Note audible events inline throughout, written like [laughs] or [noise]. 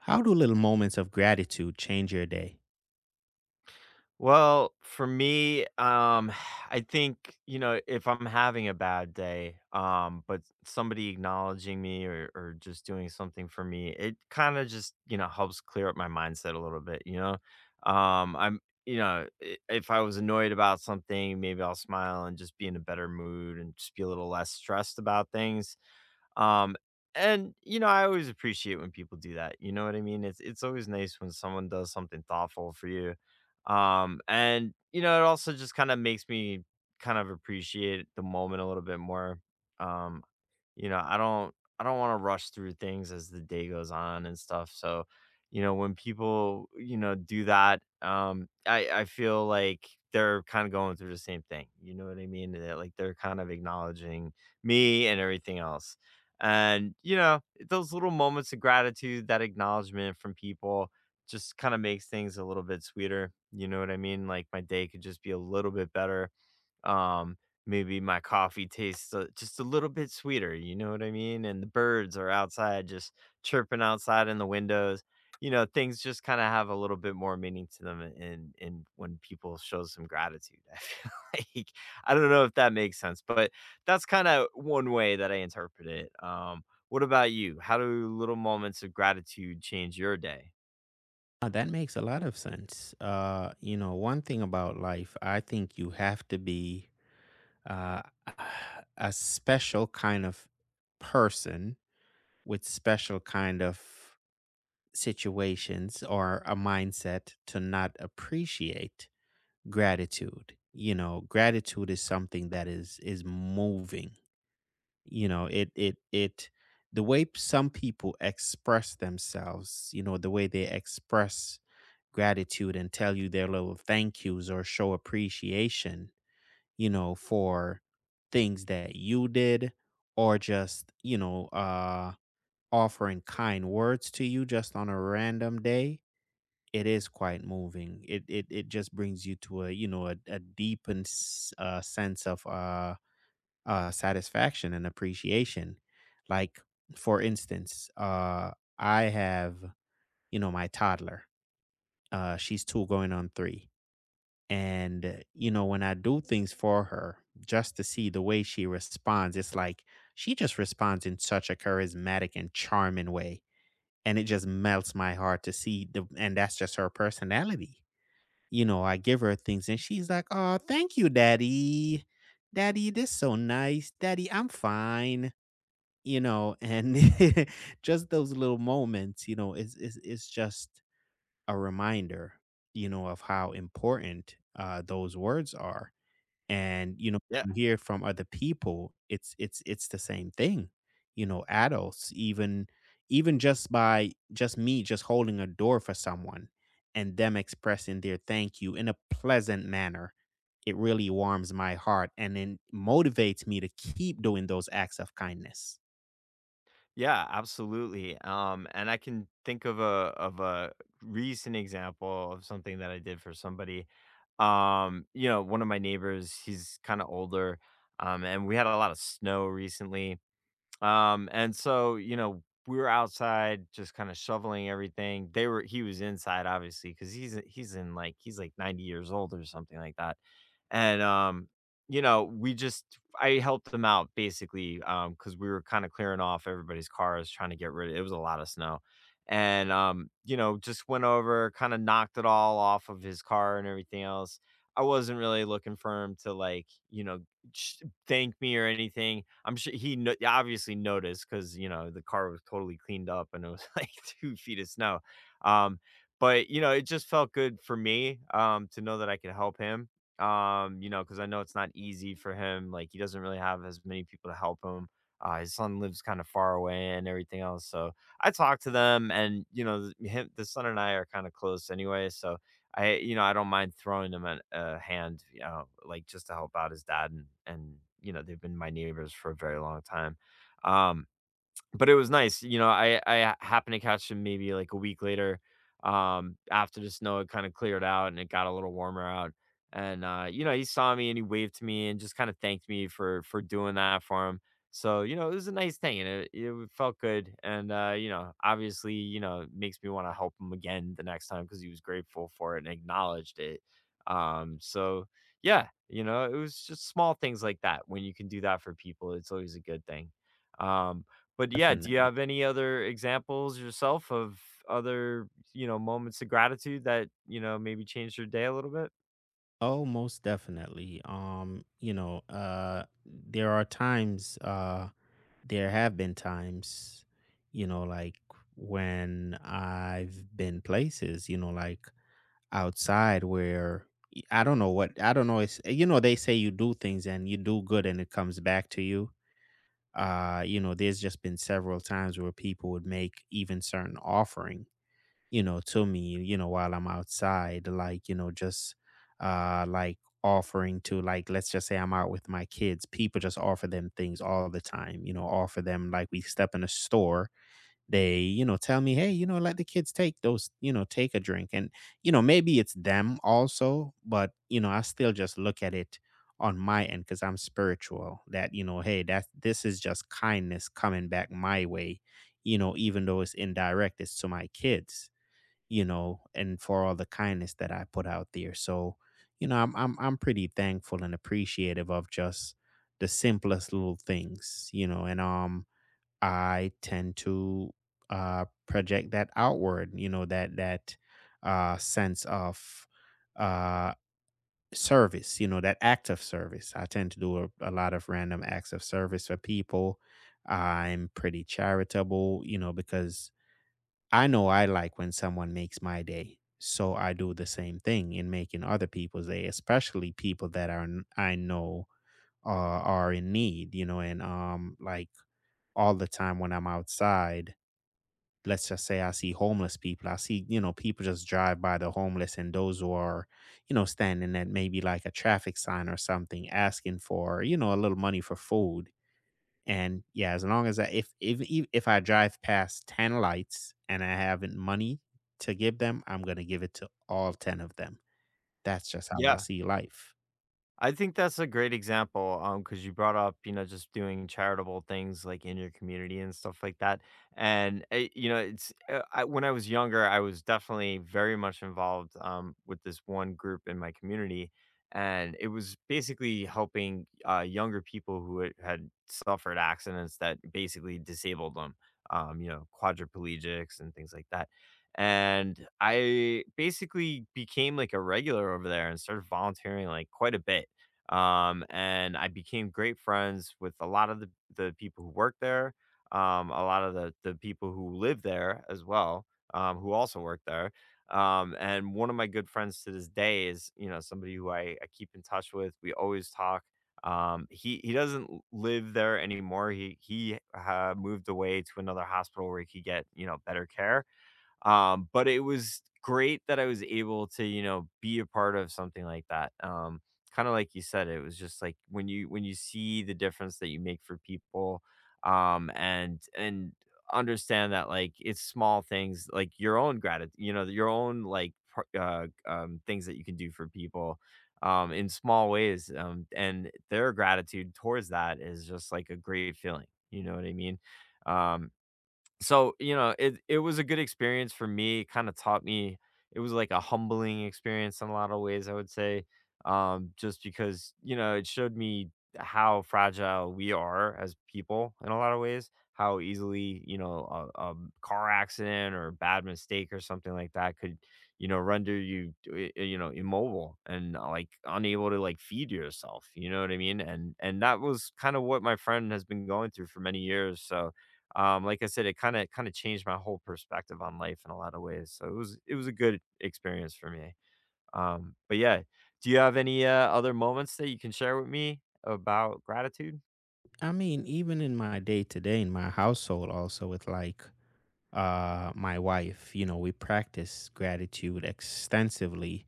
How do little moments of gratitude change your day? Well, for me, [sighs] I think, you know, if I'm having a bad day, but somebody acknowledging me or just doing something for me, it kind of just, you know, helps clear up my mindset a little bit, you know? I'm, you know, I- If I was annoyed about something, maybe I'll smile and just be in a better mood and just be a little less stressed about things. Um, and you know, I always appreciate when people do that. You know what I mean? It's always nice when someone does something thoughtful for you. And you know, it also just kind of makes me kind of appreciate the moment a little bit more. Um, you know, I don't want to rush through things as the day goes on and stuff. So, you know, when people, do that, I feel like they're kind of going through the same thing. You know what I mean? That like they're kind of acknowledging me and everything else. And, you know, those little moments of gratitude, that acknowledgement from people just kind of makes things a little bit sweeter. You know what I mean? Like my day could just be a little bit better um, maybe my coffee tastes just a little bit sweeter, you know what I mean? And the birds are outside just chirping outside in the windows. You know, things just kind of have a little bit more meaning to them and when people show some gratitude. [laughs] I feel like I don't know if that makes sense, but that's kind of one way that I interpret it. What about you? How do little moments of gratitude change your day? That makes a lot of sense. One thing about life, I think you have to be uh, [sighs] a special kind of person with special kind of situations or a mindset to not appreciate gratitude. You know, gratitude is something that is moving. You know it it it the way some people express themselves, you know, the way they express gratitude and tell you their little thank yous or show appreciation, you know, for things that you did or just, you know, offering kind words to you just on a random day, it is quite moving. It just brings you to a, you know, a deepened sense of satisfaction and appreciation. Like, for instance, I have, you know, my toddler. She's two going on three. And, you know, when I do things for her, just to see the way she responds, it's like she just responds in such a charismatic and charming way. And it just melts my heart to see the, and that's just her personality. You know, I give her things and she's like, oh, thank you, daddy. Daddy, this so nice. Daddy, I'm fine, you know. And [laughs] just those little moments, you know, is just a reminder, you know, of how important those words are. And you know, Yeah, you hear from other people, it's the same thing. You know, adults even, even just by just me just holding a door for someone and them expressing their thank you in a pleasant manner, it really warms my heart and it motivates me to keep doing those acts of kindness. Yeah, absolutely. And I can think of a recent example of something that I did for somebody. You know, one of my neighbors, he's kind of older, and we had a lot of snow recently. And so, you know, we were outside just kind of shoveling everything. They were He was inside obviously because he's in like he's like 90 years old or something like that. And, you know, we just I helped them out basically, because we were kinda clearing off everybody's cars, trying to get rid of it was a lot of snow. And, you know, just went over, kinda knocked it all off of his car and everything else. I wasn't really looking for him to, like, you know, sh thank me or anything. I'm sure he no obviously noticed, because you know, the car was totally cleaned up and it was [laughs] like two feet of snow. Um, but, you know, it just felt good for me, to know that I could help him you know, because I know it's not easy for him. Like he doesn't really have as many people to help him. His son lives kind of far away and everything else. So I talk to them, and you know, him, the son and I are kind of close anyway. So I don't mind throwing him a hand, you know, like just to help out his dad, and you know, they've been my neighbors for a very long time. Um, but it was nice. You know, I happened to catch him maybe like a week later, after the snow had kind of cleared out and it got a little warmer out. And you know, he saw me and he waved to me and just kind of thanked me for doing that for him. So you know, it was a nice thing and it felt good. And you know, obviously, you know, it makes me want to help him again the next time because he was grateful for it and acknowledged it. So yeah, you know, it was just small things like that. When you can do that for people, it's always a good thing. Um, but yeah, do you Definitely. have any other examples yourself of other, you know, moments of gratitude that, you know, maybe changed your day a little bit? Oh, most definitely. You know, there are times, there have been times, you know, like when I've been places, you know, like outside where I don't know what, I don't know, it's, you know, they say you do things and you do good and it comes back to you. You know, there's just been several times where people would make even certain offerings, you know, to me, you know, while I'm outside, like, you know, just like offering to, like, let's just say I'm out with my kids, people just offer them things all the time, you know, offer them, like, we step in a store, they, you know, tell me, "Hey, you know, let the kids take those, you know, take a drink." And you know, maybe it's them also, but you know, I still just look at it on my end cuz I'm spiritual that, you know, hey, that this is just kindness coming back my way, you know, even though it's indirect, it's to my kids, you know, and for all the kindness that I put out there. So, you know, I'm pretty thankful and appreciative of just the simplest little things, you know. And um, I tend to project that outward, you know, that sense of uh service, you know, that act of service. I tend to do a lot of random acts of service for people. I'm pretty charitable, you know, because I know I like when someone makes my day, so I do the same thing in making other people's day, especially people that are I know are in need, you know. And um, like, all the time when I'm outside, let's just say I see homeless people, I see, you know, people just drive by the homeless and those who are, you know, standing at maybe like a traffic sign or something asking for, you know, a little money for food. And yeah, as long as I, if I drive past 10 lights and I haven't money to give them, I'm gonna give it to all 10 of them. That's just how I Yeah. see life. I think that's a great example, because you brought up, you know, just doing charitable things, like, in your community and stuff like that, and, you know, it's I when I was younger, I was definitely very much involved, with this one group in my community, and it was basically helping, younger people who had suffered accidents that basically disabled them, you know, quadriplegics and things like that, and I basically became, like, a regular over there and started volunteering, like, quite a bit. And I became great friends with a lot of the people who work there, a lot of the people who live there as well, who also work there. And one of my good friends to this day is, you know, somebody who I keep in touch with. We always talk. He doesn't live there anymore. He moved away to another hospital where he could get, you know, better care but it was great that I was able to, you know, be a part of something like that. Kind of like you said, it was just like when you see the difference that you make for people, and understand that like it's small things like your own gratitude, you know, your own like things that you can do for people in small ways. And their gratitude towards that is just like a great feeling. You know what I mean? Um, so, you know, it was a good experience for me, kinda taught me it was like a humbling experience in a lot of ways, I would say, just because, you know, it showed me how fragile we are as people in a lot of ways, how easily, you know, a car accident or a bad mistake or something like that could, you know, render you, you know, immobile and, like, unable to, like, feed yourself, you know what I mean? And that was kind of what my friend has been going through for many years, so like I said, it kinda changed my whole perspective on life in a lot of ways, so it was a good experience for me. But yeah, do you have any, other moments that you can share with me about gratitude? I mean, even in my day to day in my household also with like my wife, you know, we practice gratitude extensively,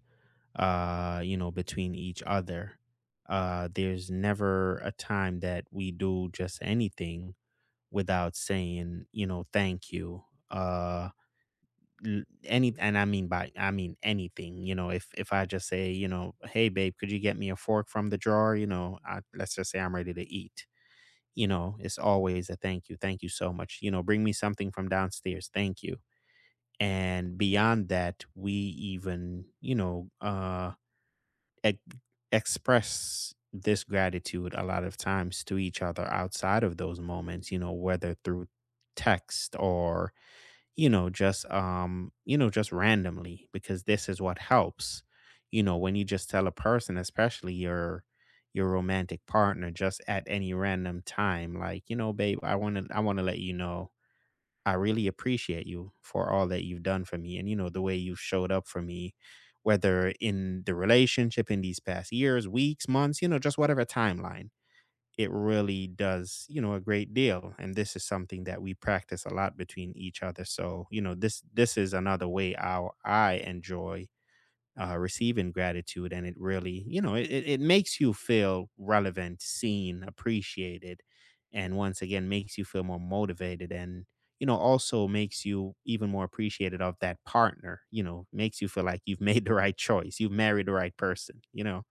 you know, between each other. There's never a time that we do just anything without saying, you know, thank you. Uh any, and I mean anything. You know, if I just say, you know, hey babe, could you get me a fork from the drawer, you know, I, let's just say I'm ready to eat, you know, it's always a thank you, thank you so much, you know, bring me something from downstairs, thank you. And beyond that, we even, you know, ex- express this gratitude a lot of times to each other outside of those moments, you know, whether through text or, you know, just um, you know, just randomly, because this is what helps, you know, when you just tell a person, especially your romantic partner just at any random time, like, you know, babe, I want to let you know I really appreciate you for all that you've done for me, and you know, the way you showed up for me, whether in the relationship, in these past years, weeks, months, you know, just whatever timeline, it really does, you know, a great deal. And this is something that we practice a lot between each other. So, you know, this is another way how I enjoy receiving gratitude. And it really, you know, it makes you feel relevant, seen, appreciated, and once again makes you feel more motivated. And you know, also makes you even more appreciated of that partner, you know, makes you feel like you've [laughs] made the right choice, you've married the right person, you know.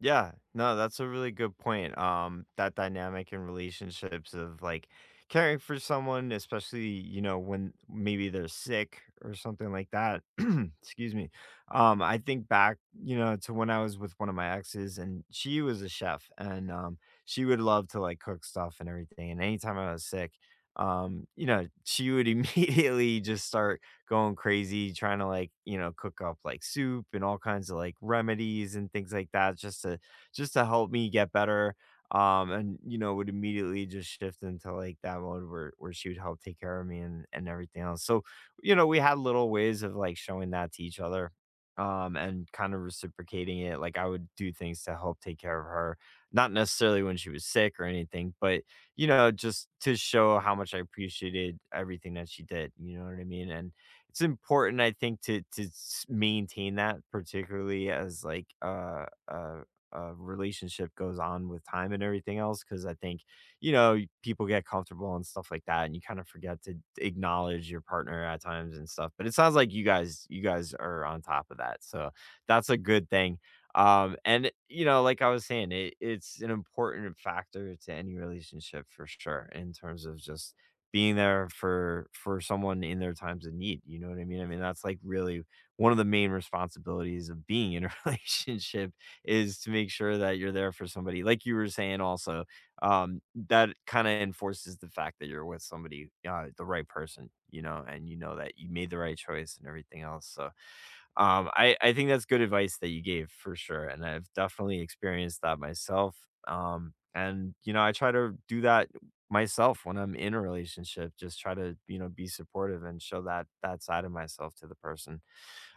Yeah, no, that's a really good point. That dynamic in relationships of like caring for someone, especially, you know, when maybe they're sick or something like that. [clears throat] Excuse me. I think back, you know, to when I was with one of my exes and she was a chef and she would love to like cook stuff and everything. And anytime I was sick, you know, she would [laughs] immediately just start going crazy trying to like, you know, cook up like soup and all kinds of like remedies and things like that just to help me get better. And you know, would immediately just shift into like that mode where she would help take care of me and everything else. So, you know, we had little ways of like showing that to each other and kind of reciprocating it like I would do things to help take care of her not necessarily when she was sick or anything but you know just to show how much I appreciated everything that she did you know what I mean and it's important I think to maintain that particularly as like a relationship goes on with time and everything else because I think you know people get comfortable and stuff like that and you kind of forget to acknowledge your partner at times and stuff but it sounds like you guys are on top of that so that's a good thing and you know like I was saying it, it's an important factor to any relationship for sure in terms of just being there for someone in their times of need, you know what I mean? I mean, that's, like, really one of the main responsibilities of being in a [laughs] relationship is to make sure that you're there for somebody. Like you were saying also, that kinda enforces the fact that you're with somebody, the right person, you know, and you know that you made the right choice and everything else, so I think that's good advice that you gave for sure, and I've definitely experienced that myself. And you know, I try to do that myself when I'm in a relationship, just try to, you know, be supportive and show that that side of myself to the person.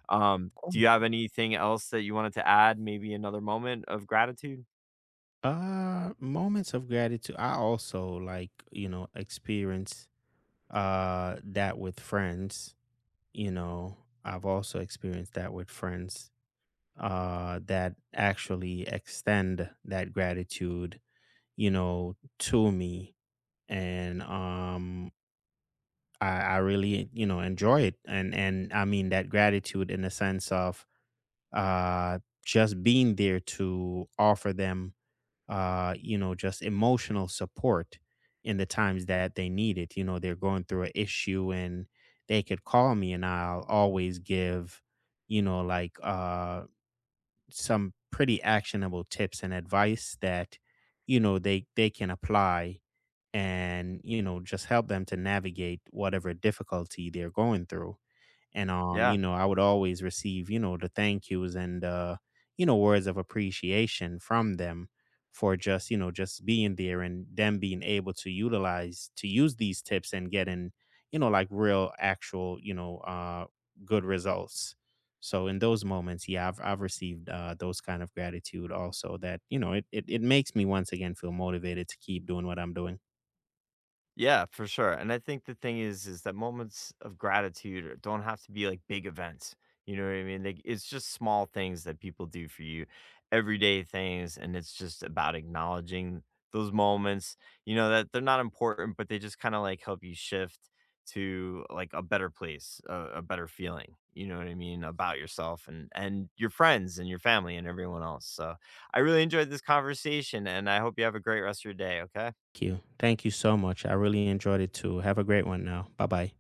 Do you have anything else that you wanted to add? Maybe another moment of gratitude? Moments of gratitude. I also like, you know, experience that with friends. You know, I've also experienced that with friends that actually extend that gratitude, you know, to me. And um, I, I really, you know, enjoy it. And I mean that gratitude in the sense of uh just being there to offer them you know, just emotional support in the times that they need it. You know, they're going through an issue and they could call me and I'll always give, you know, like some pretty actionable tips and advice that, you know, they can apply and, you know, just help them to navigate whatever difficulty they're going through. And um, Yeah. you know, I would always receive, you know, the thank yous and you know, words of appreciation from them for just, you know, just being there, and them being able to utilize to use these tips and getting, you know, like real actual, you know, good results. So in those moments, yeah, I've received those kind of gratitude also that, you know, it makes me once again feel motivated to keep doing what I'm doing. Yeah, for sure. And I think the thing is that moments of gratitude don't have to be like big events. You know what I mean? Like it's just small things that people do for you, everyday things, and it's just about acknowledging those moments. You know that they're not important, but they just kind of like help you shift to like a better place, a better feeling. You know what I mean about yourself and your friends and your family and everyone else. So I really enjoyed this conversation, and I hope you have a great rest of your day. Okay. Thank you, thank you so much, I really enjoyed it too. Have a great one now. Bye bye.